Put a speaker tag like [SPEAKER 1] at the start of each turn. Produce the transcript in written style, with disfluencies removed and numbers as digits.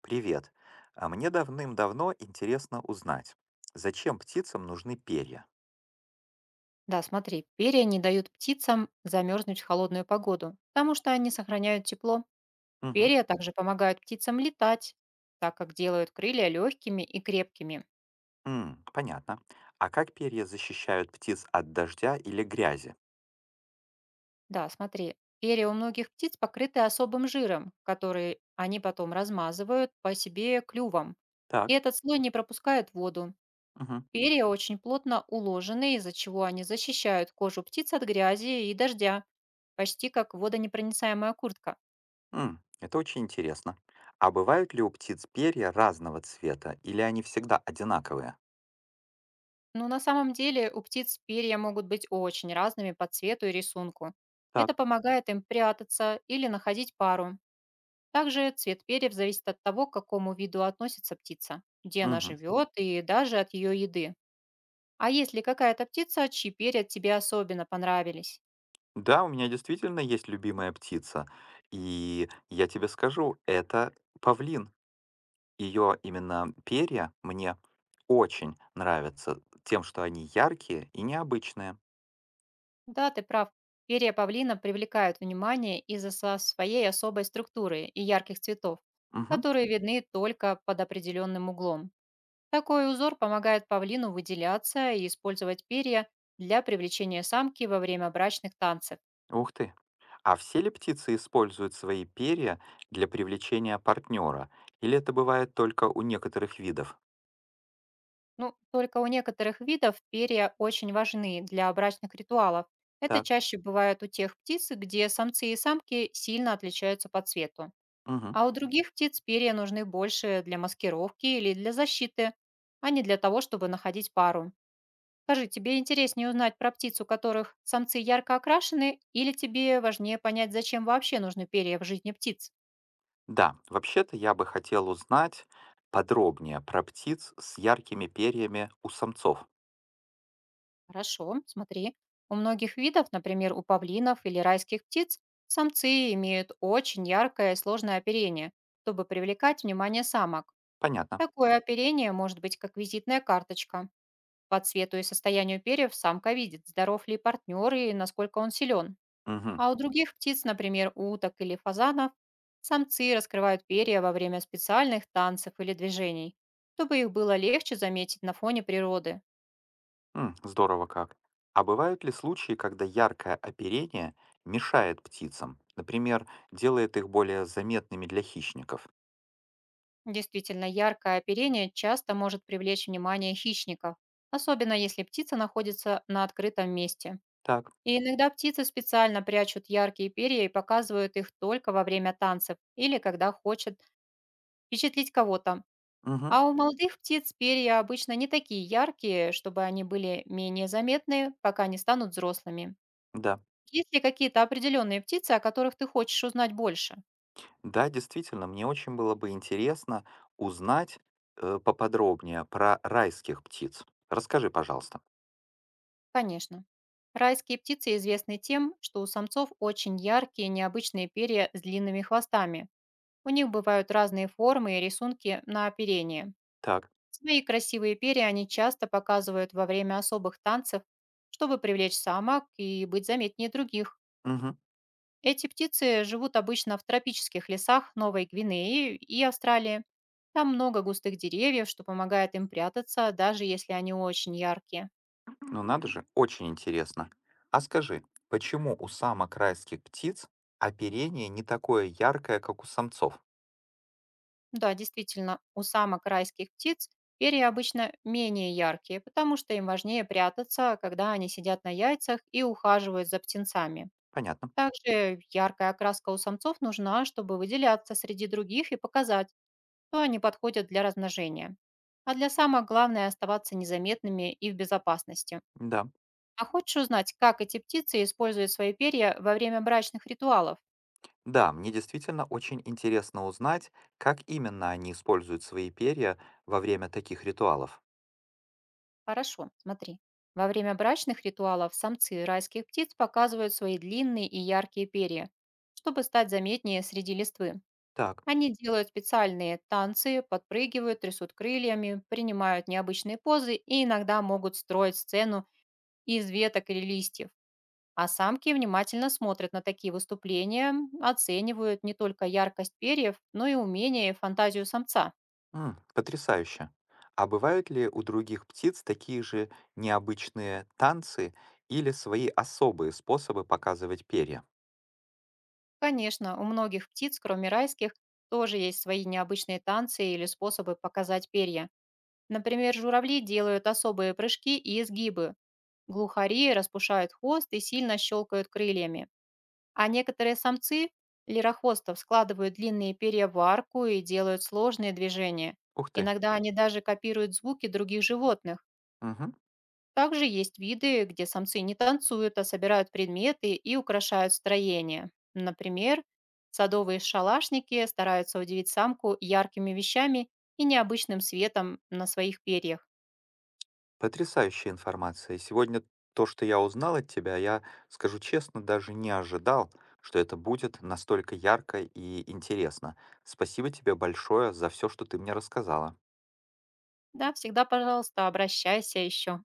[SPEAKER 1] Привет. А мне давным-давно интересно узнать, зачем птицам нужны перья?
[SPEAKER 2] Да, смотри, перья не дают птицам замерзнуть в холодную погоду, потому что они сохраняют тепло.
[SPEAKER 1] Мгм.
[SPEAKER 2] Перья также помогают птицам летать, так как делают крылья легкими и крепкими.
[SPEAKER 1] М, понятно. А как перья защищают птиц от дождя или грязи?
[SPEAKER 2] Да, смотри, перья у многих птиц покрыты особым жиром, который они потом размазывают по себе клювом. И
[SPEAKER 1] Так.
[SPEAKER 2] этот слой не пропускает воду.
[SPEAKER 1] Мгм.
[SPEAKER 2] Перья очень плотно уложены, из-за чего они защищают кожу птиц от грязи и дождя, почти как водонепроницаемая куртка.
[SPEAKER 1] М, это очень интересно. А бывают ли у птиц перья разного цвета, или они всегда одинаковые?
[SPEAKER 2] Но на самом деле у птиц перья могут быть очень разными по цвету и рисунку. Это
[SPEAKER 1] Так.
[SPEAKER 2] помогает им прятаться или находить пару. Также цвет перьев зависит от того, к какому виду относится птица, где она
[SPEAKER 1] Мгм.
[SPEAKER 2] живет и даже от ее еды. А есть ли какая-то птица, чьи перья тебе особенно понравились?
[SPEAKER 1] Да, у меня действительно есть любимая птица. И я тебе скажу, это павлин. Ее именно перья мне очень нравятся тем, что они яркие и необычные.
[SPEAKER 2] Да, ты прав. Перья павлина привлекают внимание из-за своей особой структуры и ярких цветов,
[SPEAKER 1] Мгм.
[SPEAKER 2] которые видны только под определенным углом. Такой узор помогает павлину выделяться и использовать перья для привлечения самки во время брачных танцев.
[SPEAKER 1] Ух ты. А все ли птицы используют свои перья для привлечения партнера? Или это бывает только у некоторых видов?
[SPEAKER 2] Ну, только у некоторых видов перья очень важны для брачных ритуалов. Это
[SPEAKER 1] Так.
[SPEAKER 2] чаще бывает у тех птиц, где самцы и самки сильно отличаются по цвету.
[SPEAKER 1] Мгм.
[SPEAKER 2] А у других птиц перья нужны больше для маскировки или для защиты, а не для того, чтобы находить пару. Скажи, тебе интереснее узнать про птиц, у которых самцы ярко окрашены, или тебе важнее понять, зачем вообще нужны перья в жизни птиц?
[SPEAKER 1] Да, вообще-то я бы хотел узнать подробнее про птиц с яркими перьями у самцов.
[SPEAKER 2] Хорошо, смотри. У многих видов, например, у павлинов или райских птиц, самцы имеют очень яркое и сложное оперение, чтобы привлекать внимание самок.
[SPEAKER 1] Понятно.
[SPEAKER 2] Такое оперение может быть как визитная карточка. По цвету и состоянию перьев самка видит, здоров ли партнер и насколько он силен.
[SPEAKER 1] Мгм.
[SPEAKER 2] А у других птиц, например, уток или фазанов, самцы раскрывают перья во время специальных танцев или движений, чтобы их было легче заметить на фоне природы.
[SPEAKER 1] М, здорово как. А бывают ли случаи, когда яркое оперение мешает птицам? Например, делает их более заметными для хищников?
[SPEAKER 2] Действительно, яркое оперение часто может привлечь внимание хищников, особенно если птица находится на открытом месте.
[SPEAKER 1] Так,
[SPEAKER 2] И иногда птицы специально прячут яркие перья и показывают их только во время танцев или когда хочет впечатлить кого-то.
[SPEAKER 1] мгм,
[SPEAKER 2] А у молодых птиц перья обычно не такие яркие, чтобы они были менее заметны, пока не станут взрослыми.
[SPEAKER 1] да.
[SPEAKER 2] Есть ли какие-то определенные птицы, о которых ты хочешь узнать больше?
[SPEAKER 1] Да, действительно, мне очень было бы интересно узнать поподробнее про райских птиц. Расскажи, пожалуйста.
[SPEAKER 2] Конечно. Райские птицы известны тем, что у самцов очень яркие необычные перья с длинными хвостами. У них бывают разные формы и рисунки на оперении.
[SPEAKER 1] Так,
[SPEAKER 2] Свои красивые перья они часто показывают во время особых танцев, чтобы привлечь самок и быть заметнее других.
[SPEAKER 1] мгм.
[SPEAKER 2] Эти птицы живут обычно в тропических лесах Новой Гвинеи и Австралии. Там много густых деревьев, что помогает им прятаться, даже если они очень яркие.
[SPEAKER 1] Ну надо же, очень интересно. А скажи, почему у самок райских птиц оперение не такое яркое, как у самцов?
[SPEAKER 2] Да, действительно, у самок райских птиц перья обычно менее яркие, потому что им важнее прятаться, когда они сидят на яйцах и ухаживают за птенцами.
[SPEAKER 1] Понятно.
[SPEAKER 2] Также яркая окраска у самцов нужна, чтобы выделяться среди других и показать, то они подходят для размножения. А для самок главное оставаться незаметными и в безопасности.
[SPEAKER 1] Да.
[SPEAKER 2] А хочешь узнать, как эти птицы используют свои перья во время брачных ритуалов?
[SPEAKER 1] Да, мне действительно очень интересно узнать, как именно они используют свои перья во время таких ритуалов.
[SPEAKER 2] Хорошо, смотри. Во время брачных ритуалов самцы райских птиц показывают свои длинные и яркие перья, чтобы стать заметнее среди листвы.
[SPEAKER 1] Так,
[SPEAKER 2] Они делают специальные танцы, подпрыгивают, трясут крыльями, принимают необычные позы и иногда могут строить сцену из веток или листьев. А самки внимательно смотрят на такие выступления, оценивают не только яркость перьев, но и умение и фантазию самца.
[SPEAKER 1] м, потрясающе. А бывают ли у других птиц такие же необычные танцы или свои особые способы показывать перья?
[SPEAKER 2] Конечно, у многих птиц, кроме райских, тоже есть свои необычные танцы или способы показать перья. Например, журавли делают особые прыжки и изгибы. Глухари распушают хвост и сильно щелкают крыльями. А некоторые самцы лирохвостов складывают длинные перья в арку и делают сложные движения.
[SPEAKER 1] Ух ты,
[SPEAKER 2] Иногда они даже копируют звуки других животных.
[SPEAKER 1] мгм,
[SPEAKER 2] Также есть виды, где самцы не танцуют, а собирают предметы и украшают строение. Например, садовые шалашники стараются удивить самку яркими вещами и необычным светом на своих перьях.
[SPEAKER 1] потрясающая информация. Сегодня то, что я узнал от тебя, я, скажу честно, даже не ожидал, что это будет настолько ярко и интересно. Спасибо тебе большое за все, что ты мне рассказала.
[SPEAKER 2] Да, всегда, пожалуйста, обращайся еще.